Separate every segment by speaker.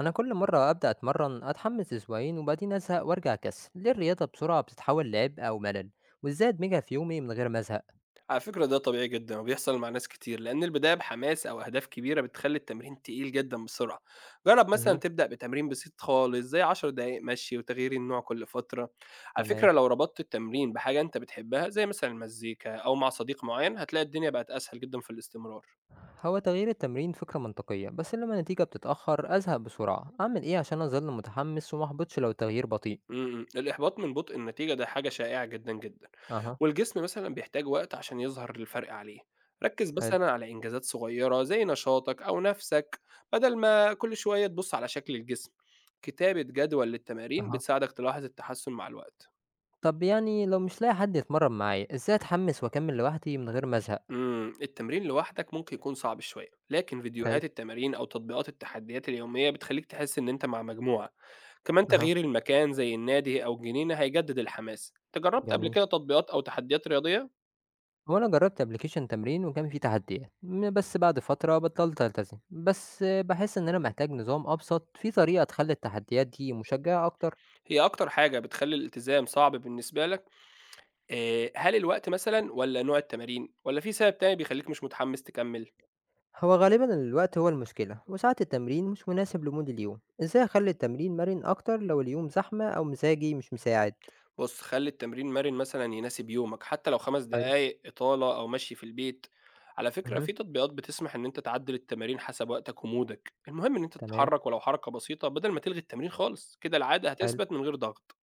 Speaker 1: أنا كل مرة أبدأ أتمرن أتحمس أسبوعين وبعدين أزهق وأرجع أكسل، ليه الرياضة بسرعة بتتحول لعبء أو ملل؟ وإزاي أدمجها في يومي من غير ما أزهق؟
Speaker 2: على فكرة ده طبيعي جدًا وبيحصل مع ناس كتير، لأن البداية بحماس أو أهداف كبيرة بتخلّي التمرين تقيل جدًا بسرعة. جرّب مثلًا
Speaker 1: اها.
Speaker 2: تبدأ بتمرين بسيط خالص زي 10 دقايق مشي وتغيير النوع كل فترة. على
Speaker 1: تمام.
Speaker 2: فكرة لو ربطت التمرين بحاجة أنت بتحبها زي مثلًا المزيكا أو مع صديق معين، هتلاقي الدنيا بقت أسهل جدًا في الاستمرار.
Speaker 1: هو تغيير التمرين فكرة منطقية بس لما النتيجة بتتأخر أزهق بسرعة، أعمل إيه عشان أظل متحمس ومحبطش لو التغيير بطيء؟
Speaker 2: إمم، إمم. الإحباط من بُطء النتيجة ده حاجة شائعة جدًا، جدًا،
Speaker 1: أها.
Speaker 2: والجسم مثلًا بيحتاج وقت عشان يظهر الفرق عليه. ركّز
Speaker 1: حلو.
Speaker 2: مثلًا على إنجازات صغيرة زي نشاطك أو نَفْسك بدل ما كل شوية تبُص على شكل الجسم. كتابة جدول للتمارين
Speaker 1: أها.
Speaker 2: بتساعدك تلاحظ التحسُّن مع الوقت.
Speaker 1: طب يعني لو مش لاقي حد يتمرن معايا إزاي أتحمس وأكمل لوحدي من غير ما أزهق؟
Speaker 2: التمرين لوحدك ممكن يكون صعب شوية، لكن
Speaker 1: حلو.
Speaker 2: فيديوهات التمارين أو تطبيقات التحديات اليومية بتخلّيك تحس إن أنت مع مجموعة. كمان
Speaker 1: أها.
Speaker 2: تغيير المكان زي النادي أو الجنينة هيجدد الحماس. أنت جرّبت قبل
Speaker 1: جميل.
Speaker 2: كده تطبيقات أو تحديات رياضية؟
Speaker 1: هو أنا جرّبت application تمرين وكان في تحديات، بس بعد فترة بطّلت ألتزم، بس باحس إن أنا محتاج نظام أبسط فيه طريقة تخلّي التحديات دي مشجعة أكتر.
Speaker 2: هي أكتر حاجة بتخلّي الالتزام صعب بالنسبة لك، هل الوقت مثلًا والّا نوع التمارين والّا في سبب تاني بيخلّيك مش متحمّس تكمّل؟
Speaker 1: هو غالبًا الوقت هو المشكلة وساعات التمرين مش مناسب لمودي اليوم، إزاي أخلّي التمرين مرن أكتر لو اليوم زحمة أو مزاجي مش مساعد؟
Speaker 2: بُص، خلّي التمرين مَرِن مثلًا يناسب يومك، حتى لو 5
Speaker 1: حلو،
Speaker 2: دقايق إطالة أو مشي في البيت. على فكرة
Speaker 1: اهم،
Speaker 2: في تطبيقات بتسمح إن أنت تعدّل التمارين حسب وقتك ومودك، المهم إن أنت
Speaker 1: تمام،
Speaker 2: تتحرّك ولو حركة بسيطة بدل ما تلغي التمرين خالص، كده العادة
Speaker 1: حلو.
Speaker 2: هتثبت من غير ضغط.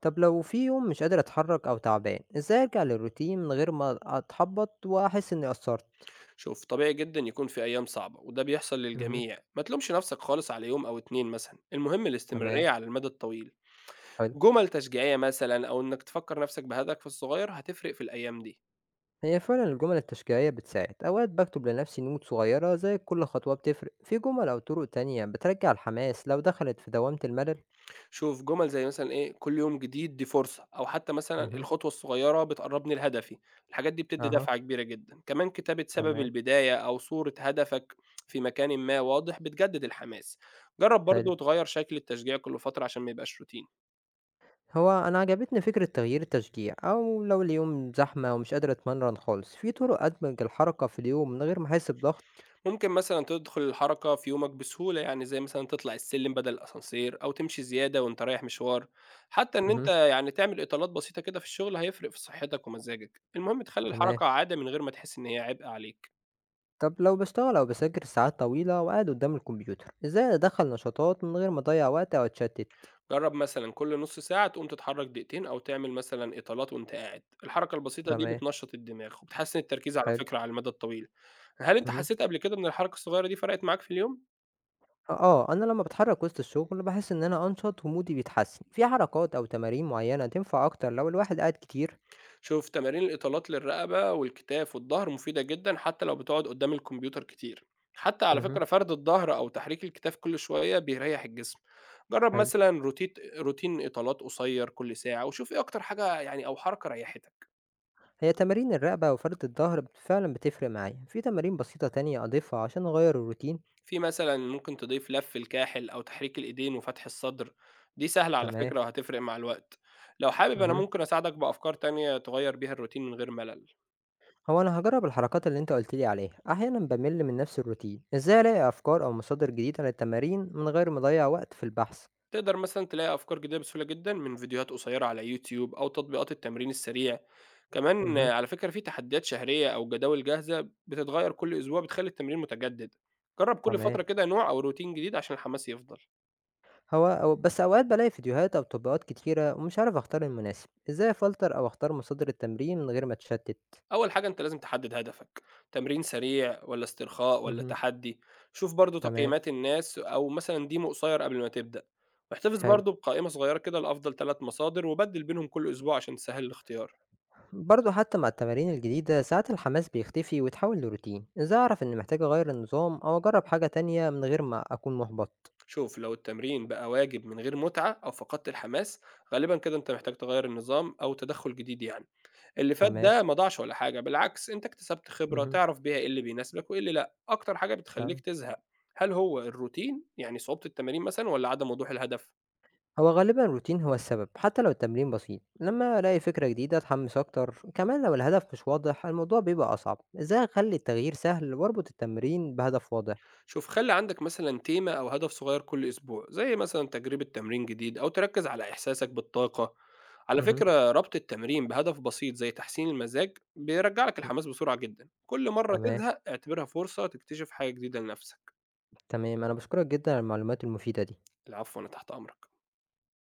Speaker 1: طب لو في يوم مش قادر أتحرك أو تعبان، إزاي أرجع للroutine من غير ما أتحبط وأحس إني قصّرت؟
Speaker 2: شوف، طبيعي جدًا يكون في أيام صعبة وده بيحصل
Speaker 1: اهم،
Speaker 2: للجميع، ما تلومش نَفْسك خالص على يوم أو 2 مثلًا، المهم
Speaker 1: تمام،
Speaker 2: الاستمرارية على المدى الطويل.
Speaker 1: حلو.
Speaker 2: جُمل تشجيعية مثلًا أو إنّك تفكّر نَفْسك بهدفك الصغيّر هتفرق في الأيام دي.
Speaker 1: هي فعلا الجمل التشجيعية بتساعد أوقات بكتب لنفسي نوت صغيرة زي كل خطوة بتفرق، في جمل أو طرق تانية بترجع الحماس لو دخلت في دوامة الملل؟
Speaker 2: شوف جُمل زي مثلًا إيه، كل يوم جديد دي فرصة، أو حتّى مثلًا
Speaker 1: مهم.
Speaker 2: الخطوة الصغيّرة بتقرّبني لهدفي، الحاجات دي بتدّي
Speaker 1: أها.
Speaker 2: دَفعة كبيرة جدًا. كمان كتابة سبب
Speaker 1: تمام.
Speaker 2: البداية أو صورة هدفك في مكانٍ ما واضح بتجدّد الحماس. جرّب
Speaker 1: حلو.
Speaker 2: برضه تغيّر شكل التشجيع كل فترة عشان ما يبقاش روتيني.
Speaker 1: هو أنا عجبتني فكرة تغيير التشجيع، أو لو اليوم زحمة ومش قادر أتمرن خالص في طرق أدمج الحركة في اليوم من غير ما أحس بضغط؟
Speaker 2: ممكن مثلًا تدخل الحركة في يومك بسهولة، يعني زي مثلًا تطلع السلم بدل الأسانسير، أو تمشي زيادة وأنت رايح مشوار، حتى إن أنت
Speaker 1: مهم.
Speaker 2: يعني تعمل إطالات بسيطة كده في الشغل هيفرق في صحتك ومزاجك، المهم تخلّي
Speaker 1: تمام.
Speaker 2: الحركة عادة من غير ما تحس إن هي عبء عليك،
Speaker 1: طب لو بشتغل أو بذاكر ساعات طويلة وقاعد قدام الكمبيوتر إزاي أدخل نشاطات من غير ما أضيع وقت أو أتشتت؟
Speaker 2: جرّب مثلًا كل نُص ساعة تقوم تتحرك دقيقتين أو تعمل مثلًا إطالات وأنت قاعد، الحركة البسيطة دي
Speaker 1: تمام.
Speaker 2: بتنشّط الدماغ وبتحسّن التركيز على
Speaker 1: حلو.
Speaker 2: فكرة على المدى الطويل، هل أنت
Speaker 1: مهم.
Speaker 2: حسّيت قبل كده إن الحركة الصغيرة دي فرقت معاك في اليوم؟
Speaker 1: آه، أنا لمّا باتحرّك وسط الشغل باحس إن أنا أنشط ومودي بيتحسّن، في حركات أو تمارين معيّنة تنفع أكتر لو الواحد قاعد كتير؟
Speaker 2: شوف تمارين الإطالات للرقبة والكتاف والظهر مفيدة جدا حتى لو بتقعد قدام الكمبيوتر كتير، حتى على
Speaker 1: اهم.
Speaker 2: فكرة فرد الظهر أو تحريك الكتاف كل شوية بيريح الجسم. جرب
Speaker 1: حلو.
Speaker 2: مثلا روتين إطالات قصير كل ساعة وشوف إيه أكتر حاجة يعني أو حركة ريحتك.
Speaker 1: هي تمارين الرقبة وفرد الضهر فعلًا بتفرق معايا، في تمارين بسيطة تانية أضيفها عشان أغيّر الروتين؟
Speaker 2: في مثلا ممكن تضيف لف الكاحل أو تحريك الإيدين وفتح الصدر، دي سهلة على
Speaker 1: تمام.
Speaker 2: فكرة وهتفرق مع الوقت. لو حابب أنا
Speaker 1: اهم.
Speaker 2: ممكن أساعدك بأفكار تانية تغير بيها الروتين من غير ملل.
Speaker 1: هو أنا هاجرّب الحركات اللي أنت قُلت لي عليها، أحيانًا بامِل من نَفْس الروتين، إزاي ألاقي أفكار أو مصادر جديدة للتمارين من غير ما أضيّع وقت في البحث؟
Speaker 2: تقدر مثلا تلاقي أفكار جديدة بسهولة جدًا من فيديوهات قصيرة على يوتيوب أو تطبيقات التمرين السريع، كمان
Speaker 1: اهم.
Speaker 2: آه، على فكرة في تحديات شهرية أو جداول جاهزة بتتغيّر كل أسبوع بتخلّي التمرين متجدد، جرّب كل
Speaker 1: تمام.
Speaker 2: فترة كده نوع أو روتين جديد عشان الحماس يفضل.
Speaker 1: هو أو بس أوقات بالاقي فيديوهات أو تطبيقات كتيرة ومش عارف أختار المناسب، إزاي أفلتر أو أختار مصادر التمرين من غير ما أتشتت؟
Speaker 2: أول حاجة أنت لازم تحدد هدفك، تمرين سريع والّا استرخاء والّا
Speaker 1: اهم،
Speaker 2: تحدي، شوف برضه
Speaker 1: تمام،
Speaker 2: تقييمات الناس أو مثلًا ديمو قصير قبل ما تبدأ، واحتفظ
Speaker 1: حلو.
Speaker 2: برضه بقائمة صغيرة كده لأفضل 3 مصادر وبدِّل بينهم كل أسبوع عشان تسهّل الاختيار.
Speaker 1: برضه حتى مع التمارين الجديدة ساعات الحماس بيختفي ويتحول لروتين، إزاي أعرف إني محتاج أغير النظام أو أجرب حاجة تانية من غير ما أكون محبط؟
Speaker 2: شوف لو التمرين بقى واجب من غير متعة أو فقدت الحماس، غالبا كده أنت محتاج تغير النظام أو تدخل جديد يعني. اللي فات
Speaker 1: تمام،
Speaker 2: ده ما ضاعش ولا حاجة، بالعكس أنت اكتسبت خبرة
Speaker 1: اهم،
Speaker 2: تعرف بيها إيه اللي بيناسبك وإيه اللي لأ أكتر حاجة بتخليك
Speaker 1: تمام.
Speaker 2: تزهق. هل هو الروتين يعني صعوبة التمارين مثلا ولا عدم وضوح الهدف؟
Speaker 1: هو غالبا الروتين هو السبب حتى لو التمرين بسيط، لما ألاقي فكرة جديدة أتحمس أكتر، كمان لو الهدف مش واضح الموضوع بيبقى أصعب، إزاي أخلي التغيير سهل وأربط التمرين بهدف واضح؟
Speaker 2: شوف خلي عندك مثلا تيمة أو هدف صغير كل أسبوع زي مثلا تجربة تمرين جديد أو تركز على إحساسك بالطاقة. على
Speaker 1: اهم.
Speaker 2: فكرة ربط التمرين بهدف بسيط زي تحسين المزاج بيرجع لك الحماس بسرعة جدا. كل مرة
Speaker 1: تمام،
Speaker 2: تزهق اعتبرها فرصة تكتشف حاجة جديدة لنفسك.
Speaker 1: تمام. أنا باشكرك جدًا على المعلومات المفيدة دي.
Speaker 2: العفو، أنا تحت أمرك.